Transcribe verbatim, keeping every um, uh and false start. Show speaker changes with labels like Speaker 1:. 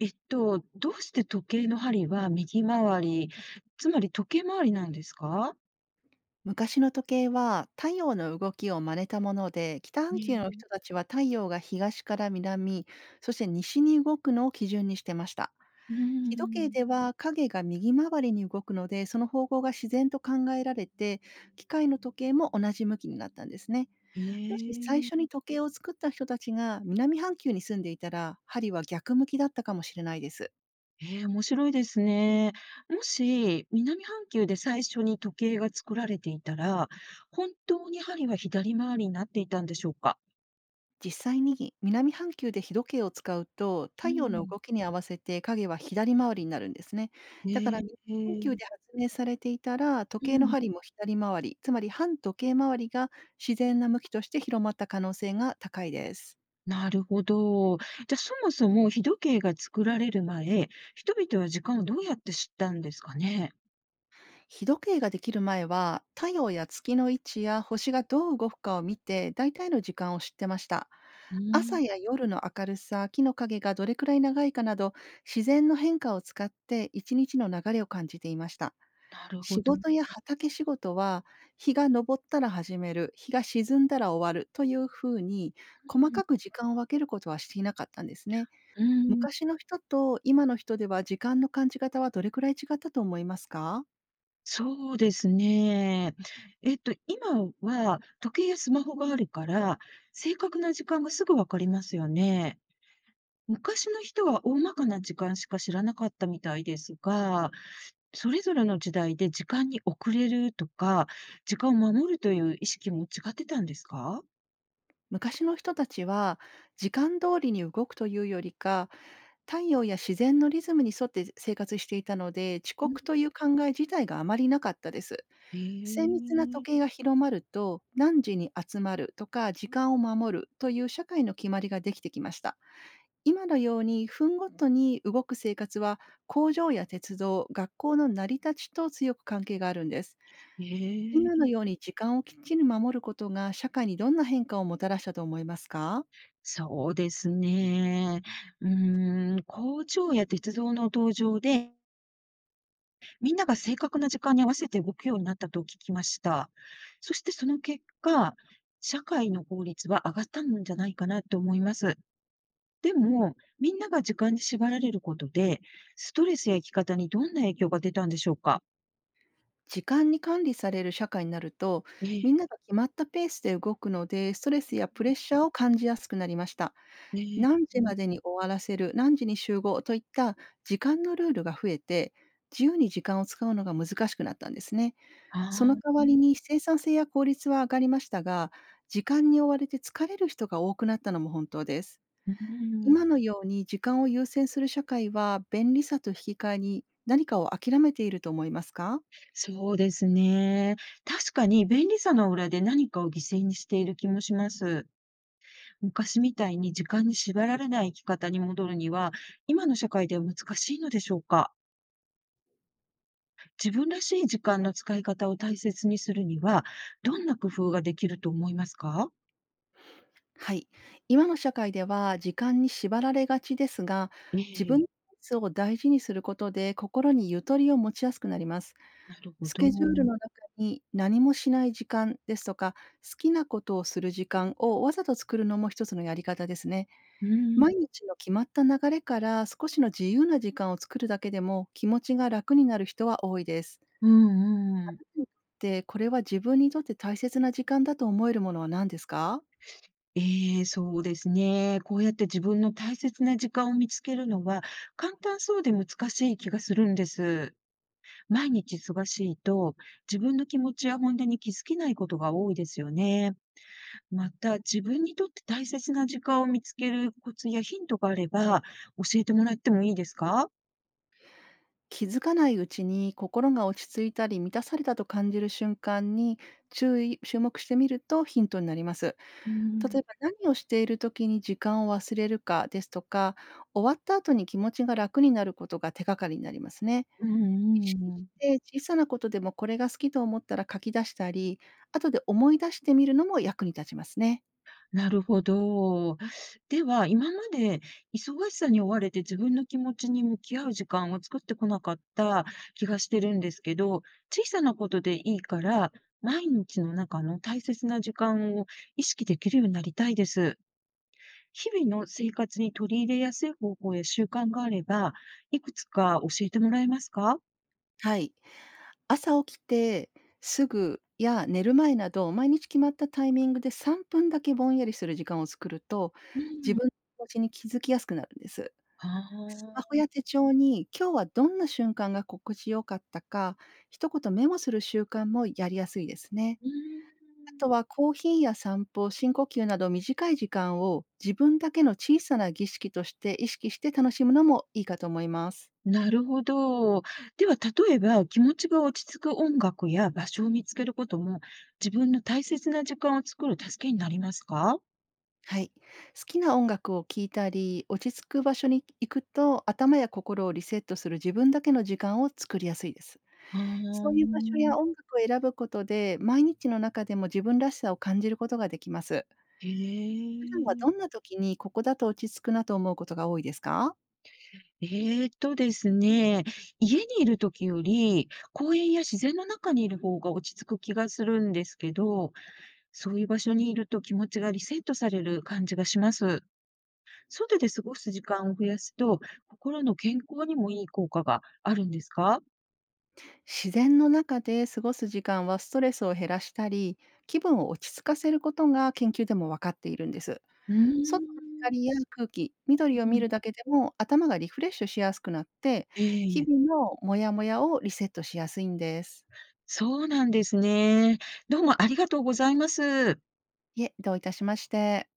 Speaker 1: えっと、どうして時計の針は右回り、つまり時計回りなんですか？
Speaker 2: 昔の時計は太陽の動きを真似たもので、北半球
Speaker 1: え
Speaker 2: の
Speaker 1: え。
Speaker 2: 人たちは太陽が東から南、そして西に動くのを基準にしてました。
Speaker 1: うー
Speaker 2: 日時計で
Speaker 1: ん。
Speaker 2: は影が右回りに動くので、その方向が自然と考えられて、機械の時計も同じ向きになったんですね。
Speaker 1: え
Speaker 2: もし最
Speaker 1: え。
Speaker 2: 初に時計を作った人たちが南半球に住んでいたら、針は逆向きだったかもしれないです。
Speaker 1: ええ、面白いですね。もし、南半球で最初に時計が作られていたら、本当に針は左回りになっていたんでしょうか？
Speaker 2: 実際に南半球で日時計を使うと
Speaker 1: う
Speaker 2: 太陽の
Speaker 1: ん。
Speaker 2: 動きに合わせて影は左回りになるんですね。だから
Speaker 1: え
Speaker 2: 南
Speaker 1: え。
Speaker 2: 半球
Speaker 1: え
Speaker 2: で
Speaker 1: え
Speaker 2: 発明されていたら時
Speaker 1: う
Speaker 2: 計の
Speaker 1: ん。
Speaker 2: 針も左回り、つまり反時計回りが自然な向きとして広まった可能性が高いです。
Speaker 1: なるほど。じゃあ、そもそも日時計が作られる前、人々は時間をどうやって知ったんですかね？
Speaker 2: 日時計ができる前は、太陽や月の位置や星がどう動くかを見て、大体の時間を知ってました。
Speaker 1: うー
Speaker 2: 朝
Speaker 1: ん、
Speaker 2: や夜の明るさ、木の影がどれくらい長いかなど、自然の変化を使って一日の流れを感じていました。
Speaker 1: なるほ
Speaker 2: 仕
Speaker 1: ど。
Speaker 2: 事や畑仕事は、日が昇ったら始める、日が沈んだら終わるというふうに、細かく時間を分けることはしていなかったんですね。
Speaker 1: うん、うん、
Speaker 2: 昔の人と今の人では時間の感じ方はどれくらい違ったと思いますか？
Speaker 1: そうですね。えっと、今は時計やスマホがあるから、正確な時間がすぐ分かりますよね。昔の人は大まかな時間しか知らなかったみたいですが、それぞれの時代で時間に遅れるとか、時間を守るという意識も違ってたんですか？
Speaker 2: 昔の人たちは時間通りに動くというよりか、太陽や自然のリズムに沿って生活していたので、遅
Speaker 1: うん、
Speaker 2: 刻という考え自体があまりなかったです。
Speaker 1: へ
Speaker 2: 精密な時計
Speaker 1: え、
Speaker 2: が広まると、何時に集まるとか時間を守るという社会の決まりができてきました。今のように分ごとに動く生活は、工場や鉄道、学校の成り立ちと強く関係があるんです。
Speaker 1: へえ、
Speaker 2: 今のように時間をきっちり守ることが社会にどんな変化をもたらしたと思いますか？
Speaker 1: そうですね。うーん、工場や鉄道の登場でみんなが正確な時間に合わせて動くようになったと聞きました。そしてその結果、社会の効率は上がったんじゃないかなと思います。でも、みんなが時間に縛られることで、ストレスや生き方にどんな影響が出たんでしょうか？
Speaker 2: 時間に管理される社会になると、
Speaker 1: え
Speaker 2: み
Speaker 1: え、
Speaker 2: んなが決まったペースで動くので、ストレスやプレッシャーを感じやすくなりました。
Speaker 1: ええ、
Speaker 2: 何時までに終わらせる、何時に集合といった時間のルールが増えて、自由に時間を使うのが難しくなったんですね。そ
Speaker 1: あ
Speaker 2: の代
Speaker 1: あ、
Speaker 2: わり
Speaker 1: う
Speaker 2: に生産性や効率は上がりましたが、時間に追われて疲れる人が多くなったのも本当です。
Speaker 1: ーん、
Speaker 2: 今のように時間を優先する社会は便利さと引き換えに何かを諦めていると思いますか？
Speaker 1: そうですね。確かに便利さの裏で何かを犠牲にしている気もします。昔みたいに時間に縛られない生き方に戻るには、今の社会では難しいのでしょうか？自分らしい時間の使い方を大切にするには、どんな工夫ができると思いますか？
Speaker 2: はい。今の社会では時間に縛られがちですが、
Speaker 1: え
Speaker 2: 自分
Speaker 1: え。
Speaker 2: のペースを大事にすることで心にゆとりを持ちやすくなります。
Speaker 1: なるほ
Speaker 2: ス
Speaker 1: ど。
Speaker 2: ケジュールの中に何もしない時間ですとか、好きなことをする時間をわざと作るのも一つのやり方ですね。
Speaker 1: うん。
Speaker 2: 毎日の決まった流れから少しの自由な時間を作るだけでも気持ちが楽になる人は多いです。
Speaker 1: うんうん。
Speaker 2: で、これは自分にとって大切な時間だと思えるものは何ですか？
Speaker 1: ええ、そうですね。こうやって自分の大切な時間を見つけるのは、簡単そうで難しい気がするんです。毎日忙しいと、自分の気持ちや本音に気づけないことが多いですよね。また、自分にとって大切な時間を見つけるコツやヒントがあれば、教えてもらってもいいですか？
Speaker 2: 気づかないうちに心が落ち着いたり満たされたと感じる瞬間に注意、注目してみるとヒントになります。
Speaker 1: う
Speaker 2: 例
Speaker 1: ん。
Speaker 2: えば何をしている時に時間を忘れるかですとか、終わった後に気持ちが楽になることが手がかりになりますね。
Speaker 1: うん
Speaker 2: 意
Speaker 1: う
Speaker 2: 識
Speaker 1: んう
Speaker 2: し
Speaker 1: ん。
Speaker 2: て小さなことでもこれが好きと思ったら書き出したり、後で思い出してみるのも役に立ちますね。
Speaker 1: なるほど。では、今まで忙しさに追われて自分の気持ちに向き合う時間を作ってこなかった気がしてるんですけど、小さなことでいいから、毎日の中の大切な時間を意識できるようになりたいです。日々の生活に取り入れやすい方法や習慣があれば、いくつか教えてもらえますか？
Speaker 2: はい。朝起きてすぐや寝る前など、毎日決まったタイミングでさんぷんだけぼんやりする時間を作ると、
Speaker 1: う
Speaker 2: 自
Speaker 1: ん。
Speaker 2: 分の気持ちに気づきやすくなるんです。
Speaker 1: あ
Speaker 2: スマホ
Speaker 1: あ、
Speaker 2: や手帳に今日はどんな瞬間が心地よかったか、一言メモする習慣もやりやすいですね。
Speaker 1: うー
Speaker 2: あ
Speaker 1: ん。
Speaker 2: とはコーヒーや散歩、深呼吸など短い時間を自分だけの小さな儀式として意識して楽しむのもいいかと思います。
Speaker 1: なるほど。では例えば、気持ちが落ち着く音楽や場所を見つけることも、自分の大切な時間を作る助けになりますか？
Speaker 2: はい。好きな音楽を聴いたり、落ち着く場所に行くと、頭や心をリセットする自分だけの時間を作りやすいです。
Speaker 1: あ
Speaker 2: そういう場所や
Speaker 1: あ、
Speaker 2: 音楽を選ぶことで、毎日の中でも自分らしさを感じることができます。
Speaker 1: へ
Speaker 2: 普段は
Speaker 1: え。
Speaker 2: どんな時にここだと落ち着くなと思うことが多いですか？
Speaker 1: えっとですね、家にいる時より、公園や自然の中にいる方が落ち着く気がするんですけど、そういう場所にいると気持ちがリセットされる感じがします。外で過ごす時間を増やすと、心の健康にもいい効果があるんですか？
Speaker 2: 自然の中で過ごす時間はストレスを減らしたり、気分を落ち着かせることが研究でも分かっているんです。
Speaker 1: うー
Speaker 2: 外の
Speaker 1: ん。
Speaker 2: 光や空気、緑を
Speaker 1: う
Speaker 2: 見
Speaker 1: ん。
Speaker 2: るだけでも頭がリフレッシュしやすくなって、
Speaker 1: え
Speaker 2: 日
Speaker 1: え。
Speaker 2: 々のモヤモヤをリセットしやすいんです。
Speaker 1: そうなんですね。どうもありがとうございます。
Speaker 2: いえ、どういたしまして。